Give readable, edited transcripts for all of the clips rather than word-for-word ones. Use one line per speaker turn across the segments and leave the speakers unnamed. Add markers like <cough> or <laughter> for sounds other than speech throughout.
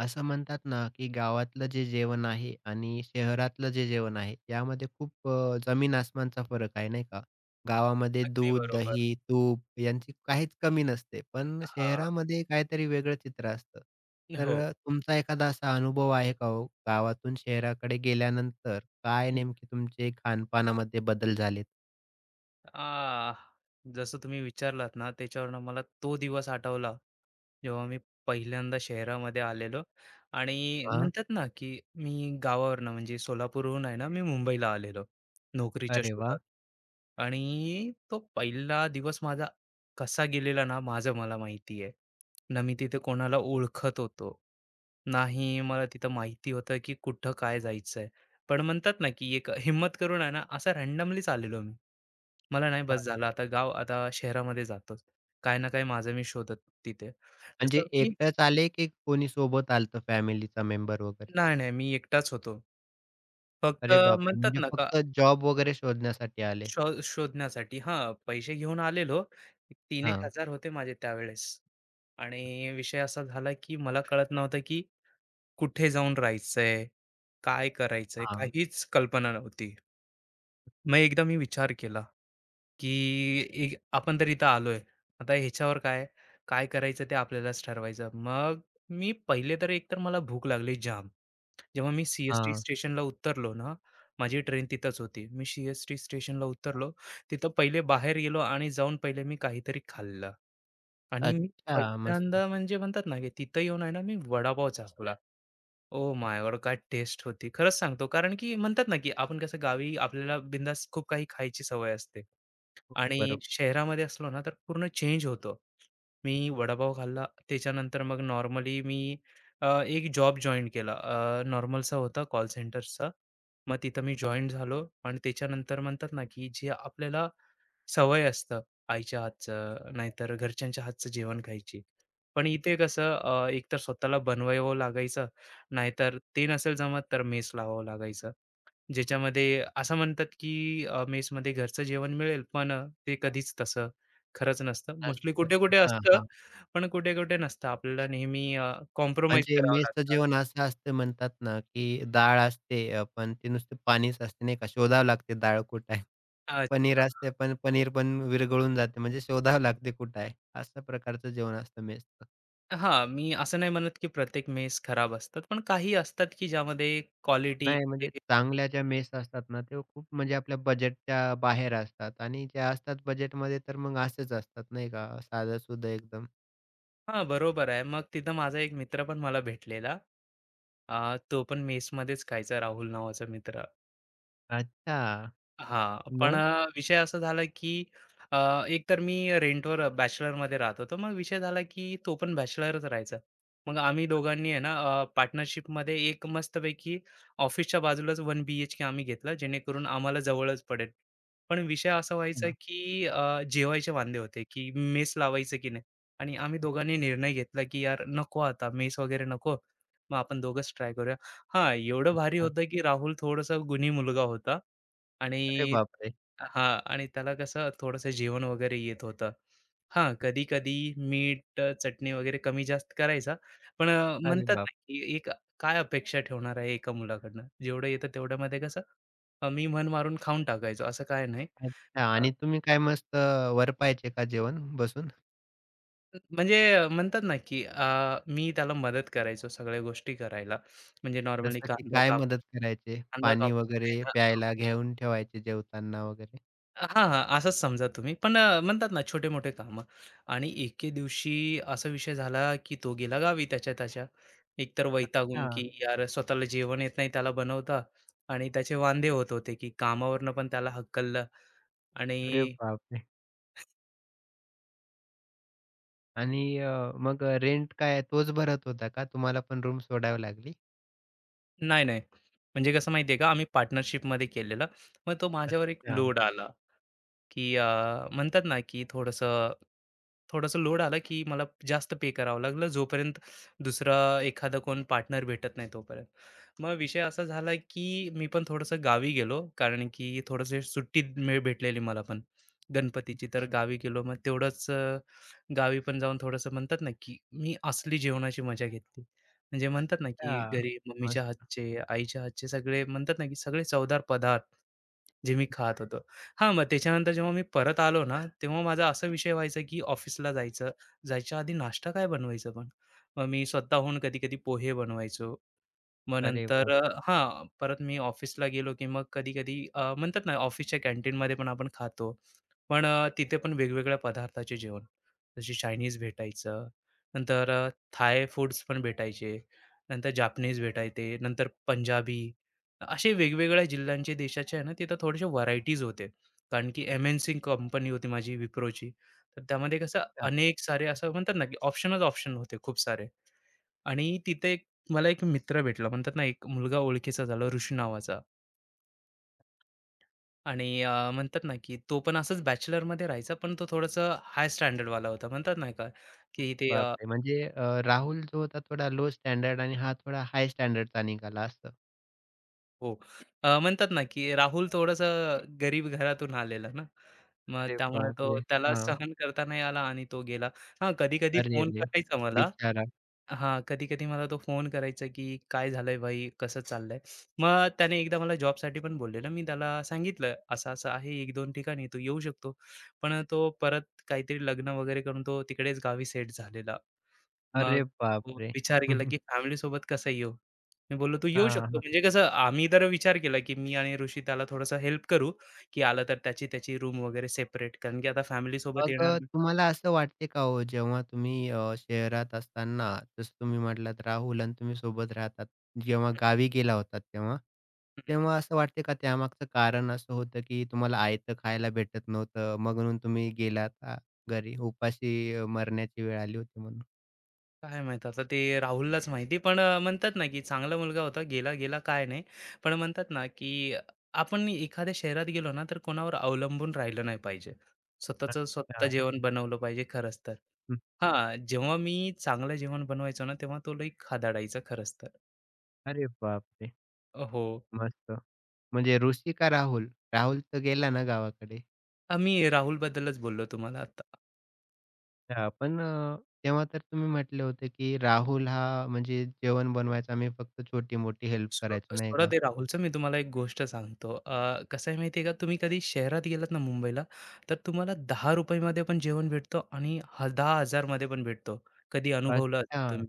असं म्हणतात ना, की गावातलं जे जेवण आहे आणि शहरातलं जे जेवण आहे, यामध्ये खूप जमीन आसमानचा फरक आहे, नाही का? गावामध्ये
अगदी
दूध,
बरोबर.
दही, तूप यांची काहीच कमी नसते, पण
हां.
शहरामध्ये काहीतरी वेगळं चित्र असतं. तर
हो.
तुमचा एखादा असा अनुभव आहे का हो? गावातून शहराकडे गेल्यानंतर काय
हं.
नेमके तुमचे खानपानामध्ये बदल झालेत?
आह! जसं तुम्ही विचारलात ना, त्याच्यावरनं मला तो दिवस आठवला, जेव्हा मी पहिल्यांदा शहरामध्ये आलेलो आणि
हां,
म्हणतात ना, की मी गावावरनं म्हणजे सोलापूरहून आहे ना, मी मुंबईला आलेलो नोकरीच्या
अरे
शोधात.
वाह!
आणि तो पहिला दिवस माझा कसा गेलेला ना, माझं मला माहिती आहे. ना मी तिथे कोणाला ओळखत होतो, ना मला तिथं माहिती होतं, की कुठं काय जायचंय. पण म्हणतात ना, की एक हिम्मत करून आहे ना, असा रँडमलीच आलेलो मी. मला नाही बस झालं आता गाव आता शहरामध्ये जातोच. काही ना काही माझं मी शोधत तिथे.
म्हणजे
तसं मी
एकटंच आले, की कोणी सोबत आलं फॅमिलीचा मेंबर वगैरे?
नाही, मी एकटाच होतो. फक्त
अरे बापरे!
म्हणतात
म्हणजे
ना का
फक्त जॉब वगैरे शोधण्यासाठी आले.
शोधण्यासाठी हां, पैसे घेऊन आलेलो. 3 एक
हां,
हजार होते माझे त्यावेळेस. आणि विषय असा झाला, की मला कळत नव्हतं, की कुठे जाऊन राहायचंय? काय करायचंय?
हां,
काहीच कल्पना नव्हती. मग एकदा मी विचार केला. की एक आपण तर इथं आलोय. आता ह्याच्यावर काय करायचं ते आपल्यालाच ठरवायचं. मग मी पहिले तर एकतर मला भूक लागली जाम. जेव्हा मी सी एस
हां.
स्टेशनला उतरलो ना, माझी ट्रेन तिथंच होती. मी सी स्टेशनला उतरलो. तिथं पहिले बाहेर गेलो आणि जाऊन पहिले मी काहीतरी खाल्लं आणि मी
अच्छा, मस्त.
पहिल्यांदा म्हणजे म्हणतात ना, की तिथं येऊन आहे ना, मी वडापाव चाखला. Oh my god! काय टेस्ट होती. खरंच सांगतो कारण की म्हणतात ना, की आपण कसं गावी आपल्याला बिंदास खूप काही खायची सवय असते आणि
बरोबर.
शहरामध्ये असलो ना, तर पूर्ण चेंज होतो. मी वडापाव खाल्ला. त्याच्यानंतर मग नॉर्मली मी एक जॉब जॉइन केला. नॉर्मलचा होता कॉल सेंटरचा. मग तिथं मी जॉइन झालो आणि त्याच्यानंतर म्हणतात ना, की जे आपल्याला सवय असतं आईच्या हातचं नाहीतर घरच्यांच्या हातचं जेवण खायची. पण इथे कसं एकतर स्वतःला बनवावं लागायचं, नाहीतर ते नसेल जमत तर मेस लावावं लागायचं. ज्याच्यामध्ये असं म्हणतात की मेसमध्ये घरचं जेवण मिळेल, पण ते कधीच तसं खरंच नसतं. मोस्टली
मस्त.
कुठे-कुठे
हां,
असतं,
हां.
पण कुठे-कुठे नसतं. आपल्याला नेहमी
म्हणजे
करावं
मेसचं
लागतं.
जेवण असं असतं म्हणतात ना, की डाळ असते पण ती नुसतं पाणीच असते नाही का. शोधावं लागते डाळ कुठे आहे. पनीर
अच्छा.
असते, पण पनीर पण विरघळून जाते. म्हणजे शोधावं लागते कुठे आहे. अशा प्रकारचं जेवण असतं मेसचं.
हां, मी असं नाही म्हणत की प्रत्येक मेस खराब असतात, पण काही असतात की ज्यामध्ये क्वालिटी
नाही म्हणजे चांगल्या ज्या मेस असतात ना, त्या खूप म्हणजे आपल्या बजेटच्या बाहेर असतात आणि ज्या असतात बजेटमध्ये तर मग असेच असतात नाही का, साधंसुधं एकदम.
हां, बरोबर आहे. मग तिथं माझा एक मित्र पण मला भेटलेला. तो पण मेसमध्येच खायचा राहुल नावाचा मित्र.
अच्छा.
हां, पण
मग?
विषय असा झाला की अ, एकतर मी रेंटवर बॅचलरमध्ये राहत होतो. मग विषय झाला की तो पण बॅचलरच राहायचा. मग आम्ही दोघांनी आहे ना पार्टनरशिपमध्ये एक मस्तपैकी ऑफिसच्या बाजूलाच 1 बीएचके आम्ही घेतला, जेणेकरून आम्हाला जवळच पडेल. पण विषय असा व्हायचा
हं.
की जेवायचे वांदे होते की मेस लावायचं की नाही. आणि आम्ही दोघांनी निर्णय घेतला की यार नको आता मेस वगैरे नको. मग आपण दोघंच ट्राय करूया. हां, एवढं भारी
अच्छा.
होतं की राहुल थोडासा गुणी मुलगा होता.
अरे
आणि
बापरे!
हां, आणि त्याला कसं थोडंसं जेवण वगैरे येत होतं. हां, कधी-कधी मीठ, चटणी वगैरे कमी-जास्त करायचा. पण
अरे
म्हणतात ना,
बाप!
की एक काय अपेक्षा ठेवणार आहे एका मुलाकडनं? जेवढं येतं तेवढ्यामध्ये कसं मी मन मारून खाऊन टाकायचो, असं काही नाही.
अच्छा
अ,
आणि तुम्ही काय मस्त वरपायचे का जेवण बसून?
म्हणतात ना, की मी त्याला मदत करायचो सगळ्या गोष्टी करायला. म्हणजे नॉर्मली
जसं की काय मदत करायचे?
कांदा
पाणी
कापून
वगैरे
देणं.
प्यायला घेऊन ठेवायचे जेवताना वगैरे?
हां. असंच समजा तुम्ही. पण म्हणतात ना छोटे-मोठे कामं. आणि एके दिवशी असा विषय झाला, की तो गेला गावी त्याच्या त्याच्या. एकतर
अच्छा.
वैतागून, की यार स्वतःला जेवण येत नाही त्याला बनवता. आणि त्याचे वांदे होत होते, की कामावरनं पण त्याला हकललं आणि
अरे बापरे! आणि मग रेंट काय तोच भरत होता का? तुम्हाला पण रूम सोडावी लागली?
नाही. म्हणजे कसं माहिती का, आम्ही पार्टनरशिपमध्ये केलेलं. मग तो माझ्यावर एक
अच्छा.
लोड आला. की म्हणतात ना की थोडंसं थोडंसं लोड आलं की मला जास्त पे करावं लागलं जोपर्यंत दुसरा एखादा कोण पार्टनर भेटत नाही तोपर्यंत. मग विषय असा झाला की मी पण थोडंसं गावी गेलो कारण की थोडंसं सुट्टी भेटलेली मला पण गणपतीची. तर गावी गेलो मग तेवढंच गावी पण जाऊन थोडंसं म्हणतात ना की मी असली जेवणाची मजा घेतली. म्हणजे म्हणतात ना की
अच्छा.
घरी मम्मीच्या
मस्त.
हातचे, आईच्या हातचे सगळे म्हणतात ना की सगळे चवदार पदार्थ जे मी खात होतो. हां, मग त्याच्यानंतर जेव्हा मी परत आलो ना, तेव्हा माझा असा विषय व्हायचा, की ऑफिसला जायचं, जायच्या आधी नाश्ता काय बनवायचं पण? मग मी स्वतःहून कधी-कधी पोहे बनवायचो. मग
अरे वाह!
नंतर हां, परत मी ऑफिसला गेलो, की मग कधी-कधी म्हणतात ना ऑफिसच्या कॅन्टीनमध्ये पण आपण खातो. पण तिथे पण वेगवेगळ्या पदार्थाचे जेवण, जसे चायनीज भेटायचं, नंतर थाय फूड्स पण भेटायचे, नंतर जापनीज भेटायचे, नंतर पंजाबी. असे वेगवेगळ्या जिल्ह्यांचे, देशाचे आहे ना, तिथं थोडेसे व्हरायटीज होते. कारण की एम-एन-सी कंपनी होती माझी Wiproची. तर त्यामध्ये कसं
अच्छा.
अनेक सारे असं म्हणतात ना, की ऑप्शनच ऑप्शन होते खूप सारे. आणि तिथे एक मला एक मित्र भेटला म्हणतात ना, एक मुलगा ओळखीचा झाला ऋषी नावाचा. आणि म्हणतात ना, की तो पण असंच बॅचलरमध्ये राहायचा, पण तो थोडंसं हाय स्टँडर्ड वाला होता. म्हणतात ना का, की ते
बापरे! म्हणजे राहुल जो होता थोडा लो स्टँडर्ड आणि हा थोडा हाय स्टँडर्डचा निघाला असं.
हो, म्हणतात ना, की राहुल थोडंसं गरीब घरातून आलेला ना, मग
अरे
त्यामुळे तो
बापरे!
त्याला
हां.
सहन करता नाही आला आणि तो गेला. हां, कधी-कधी
अरे
फोन
रे!
करायचा मला.
बिचारा.
हां, कधी-कधी मला तो फोन करायचा, की "काय झालंय भाई? कसं चाललंय?" मग त्याने एकदा मला जॉबसाठी पण बोललेलं. मी त्याला सांगितलं, "असं-असं आहे 1-2 ठिकाणी, तू येऊ शकतो." पण तो परत काहीतरी लग्न वगैरे करून तो तिकडेच गावी सेट झालेला. मग
अरे
तो
बापरे!
विचार केला,
<laughs>
की फॅमिलीसोबत कसं येऊ? मी बोललो, "तू येऊ
हां,
शकतो."
हां.
म्हणजे कसं आम्ही तर विचार केला, की मी आणि ऋषी त्याला थोडंसं हेल्प करू, की आलं तर त्याची त्याची रूम वगैरे सेपरेट. कारण की आता फॅमिलीसोबत
मग
येणार हं,
तुम्हाला असं वाटते का हो जेव्हा तुम्ही शहरात असताना जसं तुम्ही म्हटलात राहुल आणि तुम्ही सोबत राहतात. जेव्हा गावी गेला होतात तेव्हा, तेव्हा असं वाटते का त्यामागचं कारण असं होतं की तुम्हाला आयतं खायला भेटत नव्हतं मग म्हणून तुम्ही गेलात घरी उपाशी मरण्याची वेळ आली होती म्हणून?
काय माहीत आता ते राहुललाच माहिती. पण म्हणतात ना, की चांगला मुलगा होता. गेला, गेला काय नाही. पण म्हणतात ना, की आपण एखाद्या शहरात गेलो ना, तर कोणावर अवलंबून राहिलं नाही पाहिजे. स्वतःचं स्वतः
अच्छा.
जेवण बनवलं पाहिजे खरंच तर.
हं.
हां, जेव्हा मी चांगलं जेवण बनवायचो ना, तेव्हा तो लई खादाडायचा खरंच तर.
अरे बापरे!
हो.
मस्त. म्हणजे ऋषी का राहुल? राहुल तर गेला ना गावाकडे.
मी राहुलबद्दलच बोललो तुम्हाला आता.
हां, पण तेव्हा तर तुम्ही म्हटले होते, की राहुल हा म्हणजे जेवण बनवायचा मी फक्त छोटी-मोठी हेल्प करायचो नाही
सोडा
का?
ते राहुलचं, मी तुम्हाला एक गोष्ट सांगतो. कसं आहे माहिती आहे का, तुम्ही कधी शहरात गेलात ना मुंबईला, तर तुम्हाला ₹10 मध्ये पण जेवण भेटतो, आणि ह 10,000 मध्ये पण भेटतो. कधी अनुभवलं
अच्छा.
असेल तुम्ही?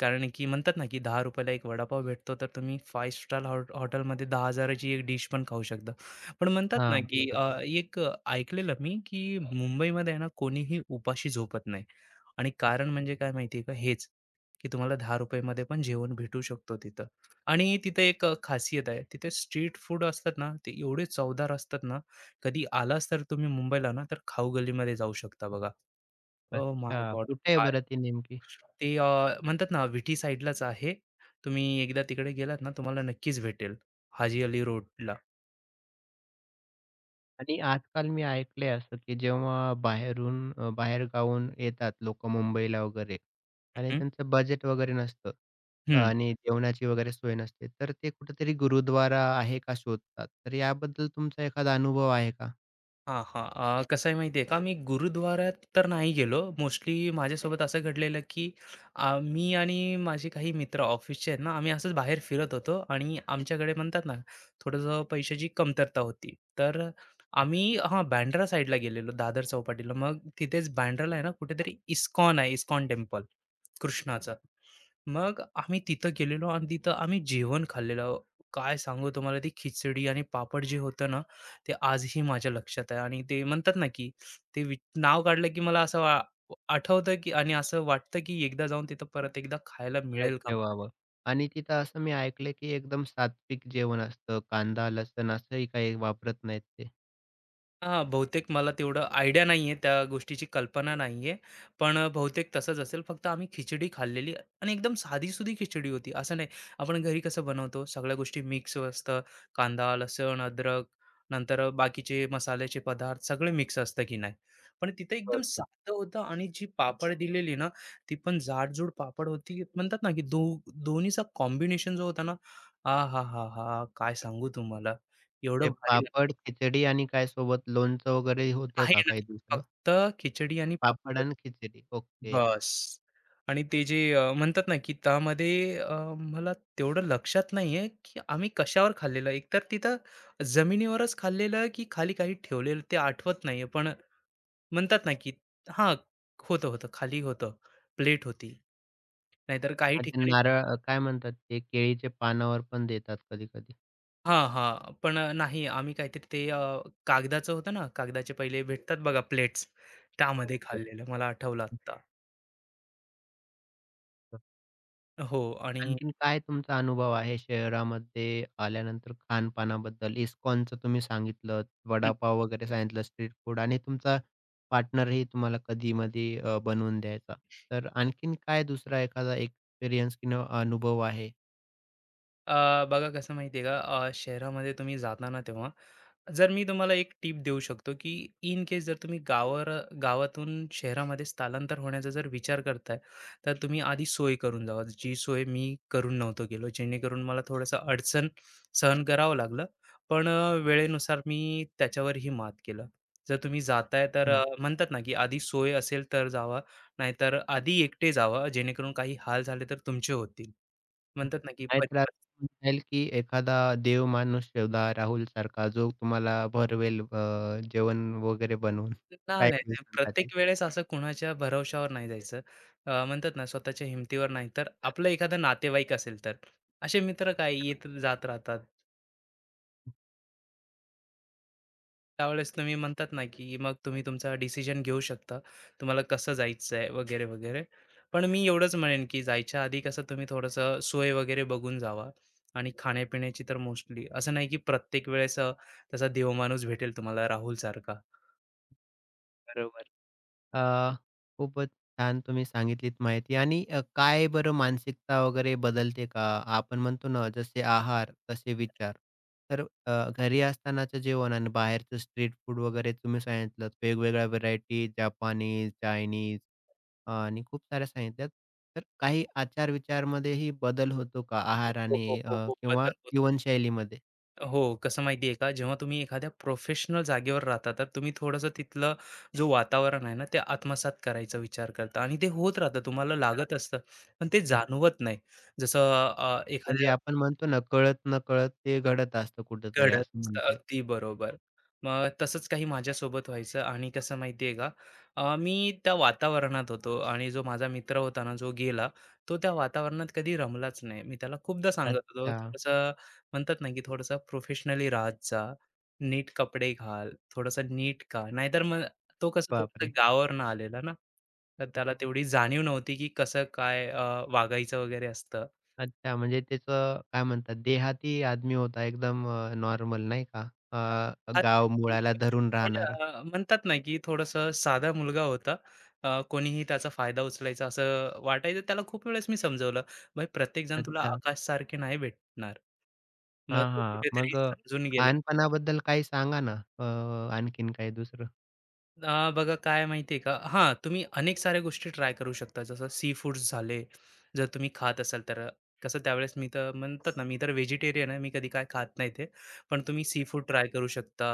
कारण की म्हणतात ना, की ₹10 ला एक वडापाव भेटतो, तर तुम्ही 5 स्टार हॉटेलमध्ये 10,000 ची एक डिश पण खाऊ शकता. पण म्हणतात ना,
हां,
की
बरोबर.
एक ऐकलेलं मी, की मुंबईमध्ये आहे ना, कोणीही उपाशी झोपत नाही. आणि कारण म्हणजे काय माहिती आहे का? हेच, की तुम्हाला ₹10 मध्ये पण जेवण भेटू शकतो तिथं. आणि तिथे एक खासियत आहे. तिथे स्ट्रीट फूड असतात ना, ते एवढे चवदार असतात ना, कधी आलाच तर तुम्ही मुंबईला ना, तर खाऊ गल्लीमध्ये जाऊ शकता बघा. ओह
अच्छा,
माय गॉड!
कुठे आहे बरं ती नेमकी?
ते म्हणतात ना विटी साईडलाच आहे. तुम्ही एकदा तिकडे गेलात ना, तुम्हाला नक्कीच भेटेल. हाजी अली रोडला.
आणि आजकाल मी ऐकलंय असं, की जेव्हा बाहेरून बाहेरगावाहून येतात लोकं मुंबईला वगैरे आणि
हं,
त्यांचं बजेट वगैरे नसतं
हं.
आणि जेवणाची वगैरे सोय नसते. तर ते कुठेतरी गुरुद्वारा आहे का शोधतात. तर याबद्दल तुमचा एखादा अनुभव आहे का?
हां, हां. कसं आहे माहिती आहे का, मी गुरुद्वारात तर नाही गेलो. मोस्टली माझ्यासोबत असं घडलेलं की मी आणि माझे काही मित्र ऑफिसचे आहेत ना, आम्ही असंच बाहेर फिरत होतो आणि आमच्याकडे म्हणतात ना, थोडंसं पैशाची कमतरता होती. तर आम्ही हां, बँड्रा साईडला गेलेलो, दादर चौपाटीला. मग तिथेच बँड्राला आहे ना, कुठेतरी इस्कॉन आहे, इस्कॉन टेम्पल कृष्णाचं. मग आम्ही तिथं गेलेलो आणि तिथं आम्ही जेवण खाल्लेलं. काय सांगू तुम्हाला, ती खिचडी आणि पापड जे होतं ना, ते आजही माझ्या लक्षात आहे आणि ते म्हणतात ना, की ते वि नाव काढलं, की मला असं वा आठवतं, की आणि असं वाटतं, की एकदा जाऊन तिथं परत एकदा खायला
एकट्याच
मिळेल का?
जेवावं आणि तिथं असं मी ऐकलंय, की एकदम सात्विक जेवण असतं. कांदा, लसण असंही काही वापरत नाहीत ते.
हां, बहुतेक मला तेवढं आयडिया नाहीये, त्या गोष्टीची कल्पना नाहीये. पण बहुतेक तसंच असेल. फक्त आम्ही खिचडी खाल्लेली आणि एकदम साधीसुधी खिचडी होती. असं नाही, आपण घरी कसं बनवतो, सगळ्या गोष्टी मिक्स असतं. कांदा, लसूण, अद्रक, नंतर बाकीचे मसाल्याचे पदार्थ सगळे मिक्स असतं की नाही. पण तिथे एकदम
बरोबर.
साधं होतं आणि जी पापड दिलेली ना, ती पण जाडजूड पापड होती. म्हणतात ना, की दोन्हीचा कॉम्बिनेशन जो होता ना, आहाहाहा! काय सांगू तुम्हाला, एवढं
म्हणजे
भारी लागलं.
पापड, खिचडी आणि काय सोबत लोणचं वगैरे होतं
काही
का काही
नाही.
दुसरं?
फक्त खिचडी आणि
पापड
पापड.
आणि खिचडी. ओके.
बस. आणि ते जे म्हणतात ना, की त्यामध्ये मला तेवढं लक्षात नाहीये, की आम्ही कशावर खाल्लेलं. एकतर तिथं जमिनीवरच खाल्लेलं, की खाली काही ठेवलेलं ते आठवत नाहीये. पण म्हणतात ना, की हां, होतं. खाली होतं. प्लेट होती. नाहीतर काही
आणि ते
ठिकाणी
नारळ काय म्हणतात ते केळीचे पानावर पण देतात कधी-कधी.
हां, हां. पण नाही आम्ही काहीतरी ते कागदाचं होतं ना, कागदाचे पहिले भेटतात बघा प्लेट्स, त्यामध्ये
बरोबर.
खाल्लेलं. मला आठवलं आत्ता. हो आणि हं.
आणखीन काय तुमचा अनुभव आहे शहरामध्ये आल्यानंतर खानपानाबद्दल? इस्कॉनचं तुम्ही सांगितलं, वडापाव वगैरे सांगितलं, स्ट्रीट फूड आणि तुमचा पार्टनरही तुम्हाला कधी-मधी बनवून द्यायचा. तर आणखीन काय दुसरा एखादा एक्सपिरियन्स किंवा अनुभव आहे?
बघा कसं माहिती आहे का, शहरामध्ये तुम्ही जाता ना तेव्हा जर मी तुम्हाला एक टीप देऊ शकतो की इन केस जर तुम्ही गावातून शहरामध्ये स्थलांतर होण्याचा जर विचार करताय, तर तुम्ही आधी सोय करून जावा, जी सोय मी करून नव्हतो गेलो, जेणेकरून मला थोडंसं अडचण सहन करावं लागलं. पण वेळेनुसार मी त्याच्यावरही मात केलं. जर तुम्ही जाताय तर
हां.
म्हणतात ना की आधी सोय असेल तर जावा, नाहीतर आधी एकटे जावा, जेणेकरून काही हाल झाले तर तुमचे होतील. म्हणतात ना की
नाहीतर असं म्हणता येईल की एखादा देव माणूस शोधा राहुलसारखा, जो तुम्हाला भरवेल जेवण वगैरे बनवून
नाही, नाही,
काही
नाही.
दिवसांसाठी.
प्रत्येक वेळेस असं कुणाच्या भरवशावर नाही जायचं. म्हणतात ना स्वतःच्या हिमतीवर नाही, तर आपलं एखादं नातेवाईक असेल तर. असे मित्र काय येत जात राहतात. त्यावेळेस तुम्ही म्हणतात ना, की मग तुम्ही तुमचा डिसिजन घेऊ शकता. तुम्हाला कसं जायचंय वगैरे, वगैरे. पण मी एवढंच म्हणेन, की जायच्या आधी कसं तुम्ही थोडंसं सोय वगैरे बघून जावा. आणि खाण्यापिण्याची तर मोस्टली असं नाही, की प्रत्येक वेळेस तसा देव माणूस भेटेल तुम्हाला राहुलसारखा.
बरोबर. अ, खूपच छान तुम्ही सांगितलीत माहिती आणि काय बरं मानसिकता वगैरे बदलते का? आपण म्हणतो ना जसे आहार तसे विचार. तर घरी असतानाचं जेवण आणि बाहेरचं स्ट्रीट फूड वगैरे तुम्ही सांगितलं वेगवेगळ्या व्हेरायटी जपानीज, चायनीज आणि खूप साऱ्या सांगितल्यात. तर काही आचार-विचारमध्येही बदल होतो का आहार
हो,
आणि
हो, हो, हो.
किंवा
बदल होतो.
जीवनशैलीमध्ये?
हो, कसं माहिती आहे का, जेव्हा तुम्ही एखाद्या प्रोफेशनल जागेवर राहता, तर तुम्ही थोडंसं तिथलं जो वातावरण आहे ना, ते आत्मसात करायचा विचार करता आणि ते होत राहतं, तुम्हाला लागत असतं, पण ते
हं,
जाणवत नाही. जसं अ,
म्हणजे
एखाद्या
आपण म्हणतो ना कळत-नकळत ते घडत असतं कुठेतरी
घडत
असं
असतं.
म्हणता येईल.
अगदी बरोबर. मग तसंच काही माझ्यासोबत व्हायचं आणि कसं माहिती का, मी त्या वातावरणात होतो आणि जो माझा मित्र होता ना, जो गेला, तो त्या वातावरणात कधी रमलाच नाही. मी त्याला खूपदा सांगत होतो,
अच्छा.
"थोडंसं म्हणतात ना, की थोडंसं प्रोफेशनली राहत जा, नीट कपडे घाल, थोडंसं नीट खा." नाहीतर मग तो कसं थोडंसं
बापरे!
गावावरून आलेला ना, तर त्याला तेवढी जाणीव नव्हती, की कसं काय वागायचं वगैरे असतं.
अच्छा, म्हणजे त्याचं काय म्हणतात देहाती आदमी होता एकदम नॉर्मल नाही का? गाव-मुळाला धरून
म्हणजे
राहणारा.
म्हणतात ना, की थोडंसं साधा मुलगा होता. कोणीही त्याचा फायदा उचलायचा असं वाटायचं. त्याला खूप वेळेस मी समजवलं, "भाई प्रत्येकजण तुला
अच्छा.
आकाशसारखे नाही भेटणार." मग
हां,
तो
हां. मग
कुठेतरी समजून गेला.
खानपानाबद्दल काही सांगा ना? अ, आणखीन काही दुसरं?
बघा काय माहिती आहे का? हां, तुम्ही अनेक साऱ्या गोष्टी ट्राय करू शकता. जसं सी फूड्स झाले, जर तुम्ही खात असाल तर कसं त्यावेळेस मी तर म्हणतात ना, मी तर व्हेजिटेरियन आहे, मी कधी काय खात नाही ते. पण तुम्ही सी फूड ट्राय
हा,
करू शकता.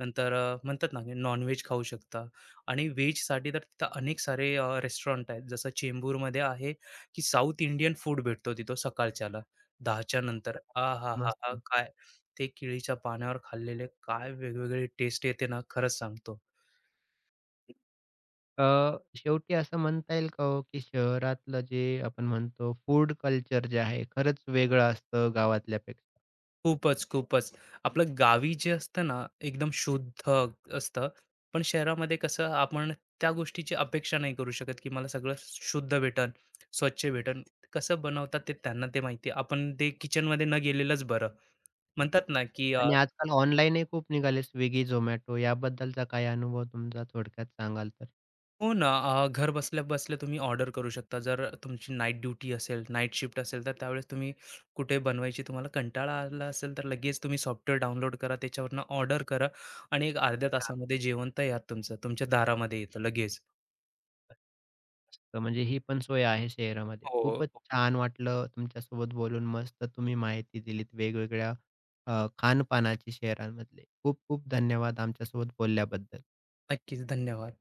नंतर म्हणतात ना, की नॉन-व्हेज खाऊ शकता. आणि व्हेजसाठी तर तिथं अनेक सारे रेस्टॉरंट आहेत. जसं चेंबूरमध्ये आहे, की साउथ इंडियन फूड भेटतो तिथं सकाळच्याला 10च्या नंतर. आहाहाहा!
मस्त.
काय ते केळीच्या पानावर खाल्लेले काय वेगवेगळे टेस्ट येते ना, खरंच सांगतो.
अ, शेवटी असं म्हणता येईल का हो, की शहरातलं जे आपण म्हणतो फूड कल्चर जे आहे, खरंच वेगळं असतं गावातल्यापेक्षा?
खूपच, खूपच. आपलं गावी जे असतं ना, एकदम शुद्ध असतं. पण शहरामध्ये कसं आपण त्या गोष्टीची अपेक्षा नाही करू शकत, की मला सगळं शुद्ध भेटल, स्वच्छ भेटल. कसं बनवतात ते त्यांना ते माहिती, आपण ते किचनमध्ये न गेलेलंच बरं. म्हणतात ना, की
आणि आजकाल ऑनलाईनही खूप निघाले Swiggy, Zomato याबद्दलचा काय अनुभव तुमचा थोडक्यात सांगाल तर?
हो ना, घर बसल्या-बसल्या तुम्ही ऑर्डर करू शकता. जर तुमची नाईट ड्युटी असेल, नाईट शिफ्ट असेल, तर त्यावेळेस तुम्ही कुठे बनवायची तुम्हाला कंटाळा आला असेल, तर लगेच तुम्ही सॉफ्टवेअर डाउनलोड करा, त्याच्यावरनं ऑर्डर करा आणि एक अर्ध्या तासामध्ये जेवण तयार तुमचं, तुमच्या दारामध्ये येतं लगेच.
तर म्हणजे ही पण सोय आहे शहरामध्ये.
हो,
खूपच
हो.
छान वाटलं तुमच्यासोबत बोलून. मस्त तुम्ही माहिती दिलीत वेगवेगळ्या खानपानाची शहरांमधले. खूप खूप धन्यवाद आमच्यासोबत बोलल्याबद्दल.
नक्कीच. धन्यवाद.